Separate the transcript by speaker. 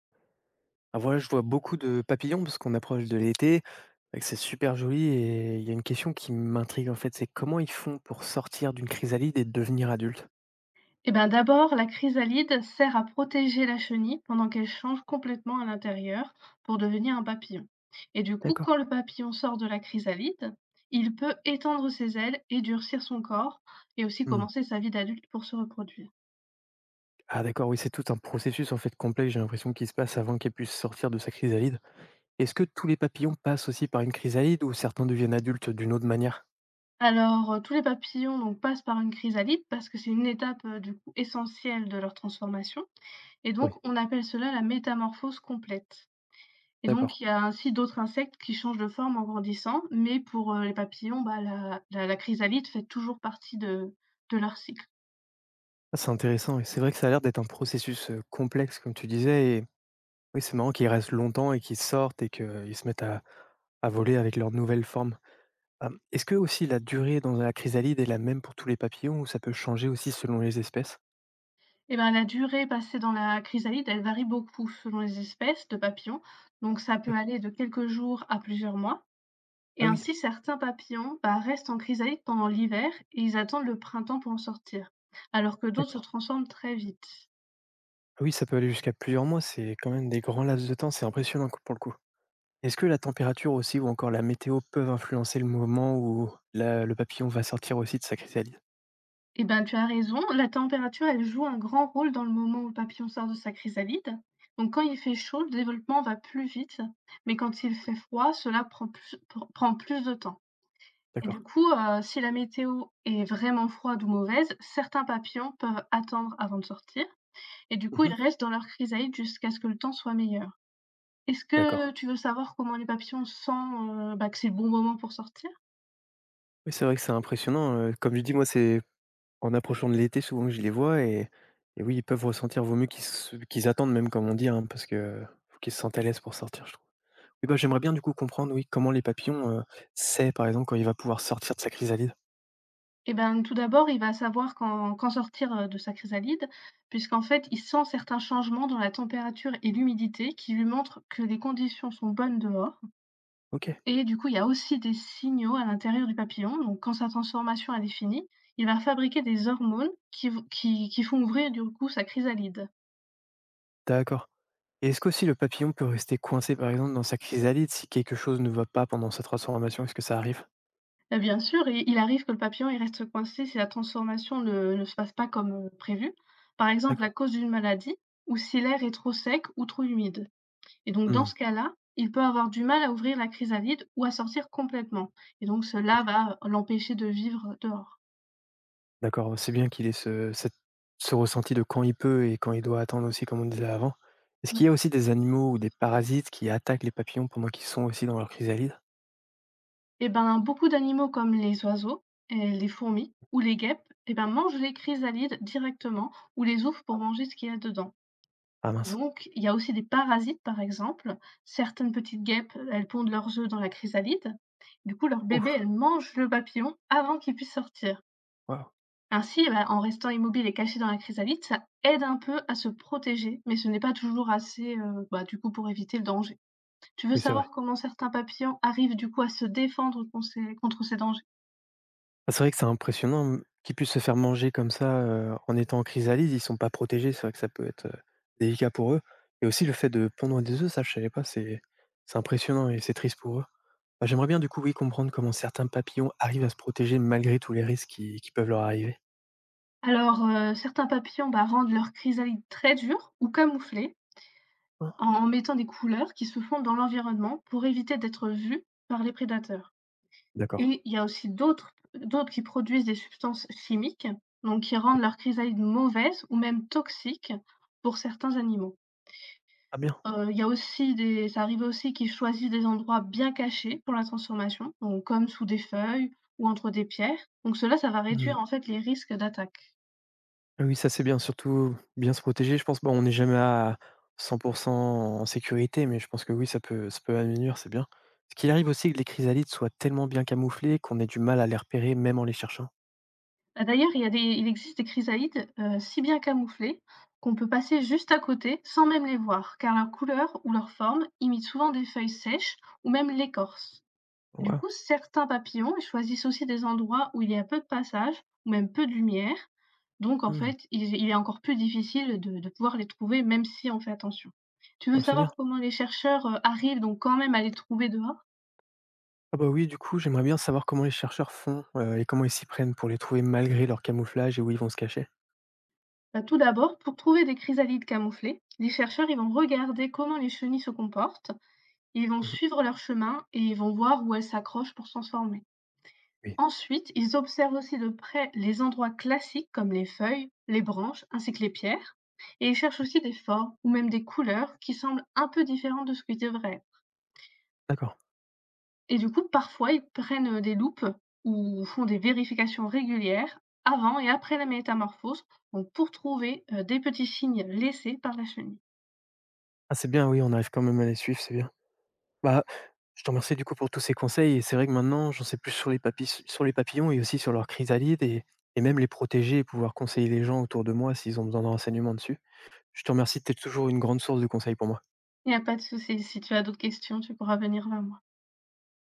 Speaker 1: Ah voilà, je vois beaucoup de papillons parce qu'on approche de l'été et que c'est super joli, et il y a une question qui m'intrigue en fait, c'est comment ils font pour sortir d'une chrysalide et devenir adultes?
Speaker 2: Eh ben, d'abord, la chrysalide sert à protéger la chenille pendant qu'elle change complètement à l'intérieur pour devenir un papillon. Et du coup, quand
Speaker 1: D'accord.
Speaker 2: le papillon sort de la chrysalide, il peut étendre ses ailes et durcir son corps et aussi
Speaker 1: Mmh.
Speaker 2: commencer sa vie d'adulte pour se reproduire.
Speaker 1: Ah d'accord, oui, c'est tout un processus en fait complexe j'ai l'impression qu'il se passe avant qu'elle puisse sortir de sa chrysalide. Est-ce que tous les papillons passent aussi par une chrysalide ou certains deviennent adultes d'une autre manière?
Speaker 2: Alors, tous les papillons donc, passent par une chrysalide parce que c'est une étape du coup, essentielle de leur transformation. Et donc,
Speaker 1: Oui,
Speaker 2: on appelle cela la métamorphose complète. Et
Speaker 1: d'accord.
Speaker 2: donc il y a ainsi d'autres insectes qui changent de forme en grandissant, mais pour, les papillons, bah, la chrysalide fait toujours partie de leur cycle.
Speaker 1: Ah, c'est intéressant et c'est vrai que ça a l'air d'être un processus complexe comme tu disais, et oui, c'est marrant qu'ils restent longtemps et qu'ils sortent et qu'ils se mettent à voler avec leur nouvelle forme. Est-ce que aussi la durée dans la chrysalide est la même pour tous les papillons ou ça peut changer aussi selon les espèces?
Speaker 2: Et ben, la durée passée dans la chrysalide, elle varie beaucoup selon les espèces de papillons, donc ça peut aller de quelques jours à plusieurs mois et
Speaker 1: Ah oui,
Speaker 2: ainsi certains papillons, bah, restent en chrysalide pendant l'hiver et ils attendent le printemps pour en sortir, alors que d'autres se
Speaker 1: d'accord.
Speaker 2: transforment très vite.
Speaker 1: Ah oui, ça peut aller jusqu'à plusieurs mois, c'est quand même des grands laps de temps, c'est impressionnant co pour le coup. Est-ce que la température aussi ou encore la météo peuvent influencer le moment où la le papillon va sortir aussi de sa chrysalide?
Speaker 2: Eh ben, tu as raison, la température, elle joue un grand rôle dans le moment où le papillon sort de sa chrysalide. Donc, quand il fait chaud, le développement va plus vite, mais quand il fait froid, cela prend plus, prend plus de temps. Et du
Speaker 1: D'accord.
Speaker 2: coup, si la météo est vraiment froide ou mauvaise, certains papillons peuvent attendre avant de sortir, et du coup, ils
Speaker 1: Mmh.
Speaker 2: restent dans leur chrysalide jusqu'à ce que le temps soit meilleur. Est-ce que
Speaker 1: D'accord.
Speaker 2: tu veux savoir comment les papillons sentent, bah, que c'est le bon moment pour sortir?
Speaker 1: Oui, c'est vrai que c'est impressionnant, comme je dis, moi, c'est en approchant de l'été souvent que je les vois, et oui, ils peuvent ressentir, vaut mieux qu'ils se qu'ils attendent même comme on dit, hein, parce que faut qu'ils se sentent à l'aise pour sortir, je trouve. Et ben j'aimerais bien du coup comprendre, oui, comment les papillons, sait par exemple quand il va pouvoir sortir de sa chrysalide?
Speaker 2: Eh ben, tout d'abord, il va savoir quand sortir, de sa chrysalide, puisqu'en fait, il sent certains changements dans la température et l'humidité qui lui montrent que les conditions sont bonnes dehors.
Speaker 1: OK,
Speaker 2: Et du coup, il y a aussi des signaux à l'intérieur du papillon. Donc quand sa transformation, elle est finie, il va fabriquer des hormones qui v qui font ouvrir, du coup, sa chrysalide.
Speaker 1: d'accord. Et est-ce qu'aussi le papillon peut rester coincé par exemple dans sa chrysalide si quelque chose ne va pas pendant sa transformation? Est-ce que ça arrive?
Speaker 2: Bah, bien sûr, et il arrive que le papillon, il reste coincé si la transformation ne se passe pas comme, prévu. Par exemple, à
Speaker 1: D'accord.
Speaker 2: cause d'une maladie ou si l'air est trop sec ou trop humide. Et donc dans ce
Speaker 1: Mmh.
Speaker 2: cas-là, il peut avoir du mal à ouvrir la chrysalide ou à sortir complètement. Et donc cela
Speaker 1: OK.
Speaker 2: va l'empêcher de vivre dehors.
Speaker 1: D'accord, c'est bien qu'il ait ce cette ce ressenti de quand il peut et quand il doit attendre aussi comme on disait avant. Est-ce
Speaker 2: Mmh.
Speaker 1: qu'il y a aussi des animaux ou des parasites qui attaquent les papillons pendant qu'ils sont aussi dans leur chrysalide?
Speaker 2: Et ben, beaucoup d'animaux comme les oiseaux et les fourmis ou les guêpes, et ben, mangent les chrysalides directement ou les ouvrent pour manger ce qu'il y a dedans.
Speaker 1: Ah mince.
Speaker 2: Donc, il y a aussi des parasites, par exemple. Certaines petites guêpes, elles pondent leurs œufs dans la chrysalide. Du coup, leur bébé,
Speaker 1: Ouf,
Speaker 2: elle mange le papillon avant qu'il puisse sortir.
Speaker 1: waouh.
Speaker 2: Ainsi, bah, en restant immobile et caché dans la chrysalide, ça aide un peu à se protéger, mais ce n'est pas toujours assez, bah, du coup, pour éviter le danger. Tu veux
Speaker 1: Oui, c'est
Speaker 2: savoir
Speaker 1: vrai.
Speaker 2: comment certains papillons arrivent, du coup, à se défendre contre ces dangers?
Speaker 1: Ah, c'est vrai que c'est impressionnant, mmh, qu'ils puissent se faire manger comme ça, en étant en chrysalide, ils sont pas protégés, c'est vrai que ça peut être, délicat pour eux, et aussi le fait de pondre des œufs, ça je savais pas, c'est impressionnant et c'est triste pour eux. Bah, j'aimerais bien du coup, oui, comprendre comment certains papillons arrivent à se protéger malgré tous les risques qui peuvent leur arriver.
Speaker 2: Alors, certains papillons bah, rendent leur chrysalide très dure ou camouflée,
Speaker 1: Ah,
Speaker 2: en en mettant des couleurs qui se font dans l'environnement pour éviter d'être vues par les prédateurs
Speaker 1: d'accord.
Speaker 2: et il y a aussi d'autres qui produisent des substances chimiques, donc qui rendent leur grisaille mauvaise ou même toxique pour certains animaux.
Speaker 1: Ah bien.
Speaker 2: Il y a aussi des Ça arrive aussi qu'ils choisissent des endroits bien cachés pour la transformation, donc comme sous des feuilles ou entre des pierres, donc cela, ça va
Speaker 1: Mmh.
Speaker 2: réduire, en fait, les risques d'attaque.
Speaker 1: Oui, ça c'est bien, surtout bien se protéger, je pense. Bon, on n'est jamais à 100 en sécurité, mais je pense que oui, ça peut améliorer, c'est bien. Est-ce qu'il arrive aussi que les chrysalides soient tellement bien camouflées qu'on ait du mal à les repérer même en les cherchant?
Speaker 2: Bah, d'ailleurs, il existe des chrysallides, si bien camouflées qu'on peut passer juste à côté sans même les voir, car leur couleur ou leur forme imitent souvent des feuilles sèches ou même l'écorce. Du
Speaker 1: Waouh!
Speaker 2: coup, certains papillons, ils choisissent aussi des endroits où il y a peu de passage ou même peu de lumière, donc en
Speaker 1: Mmh.
Speaker 2: fait, il est encore plus difficile de pouvoir les trouver même si on fait attention. Tu veux
Speaker 1: Ah, c'est bien.
Speaker 2: savoir comment les chercheurs, arrivent donc quand même à les trouver dehors?
Speaker 1: Ah bah, oui, du coup, j'aimerais bien savoir comment les chercheurs font, et comment ils s'y prennent pour les trouver malgré leur camouflage et où ils vont se cacher?
Speaker 2: Bah, tout d'abord, pour trouver des chrysalides camouflées, les chercheurs, ils vont regarder comment les chenilles se comportent. Ils vont
Speaker 1: Mmh.
Speaker 2: suivre leur chemin et ils vont voir où elles s'accrochent pour se transformer.
Speaker 1: Oui,
Speaker 2: Ensuite, ils observent aussi de près les endroits classiques comme les feuilles, les branches ainsi que les pierres. Et ils cherchent aussi des formes ou même des couleurs qui semblent un peu différentes de ce qu'ils devraient. Vrai.
Speaker 1: d'accord.
Speaker 2: Et du coup, parfois, ils prennent des loupes ou font des vérifications régulières avant et après la métamorphose donc pour trouver des petits signes laissés par la chenille.
Speaker 1: Ah, c'est bien, oui, on arrive quand même à les suivre, c'est bien. Bah, je te remercie du coup pour tous ces conseils et c'est vrai que maintenant j'en sais plus sur les papis sur les papillons et aussi sur leurs chrysalides, et même les protéger et pouvoir conseiller les gens autour de moi s'ils ont besoin de renseignements dessus. Je te remercie, tu es toujours une grande source de conseils pour moi.
Speaker 2: Il n'y a pas de souci. Si tu as d'autres questions, tu pourras venir vers moi.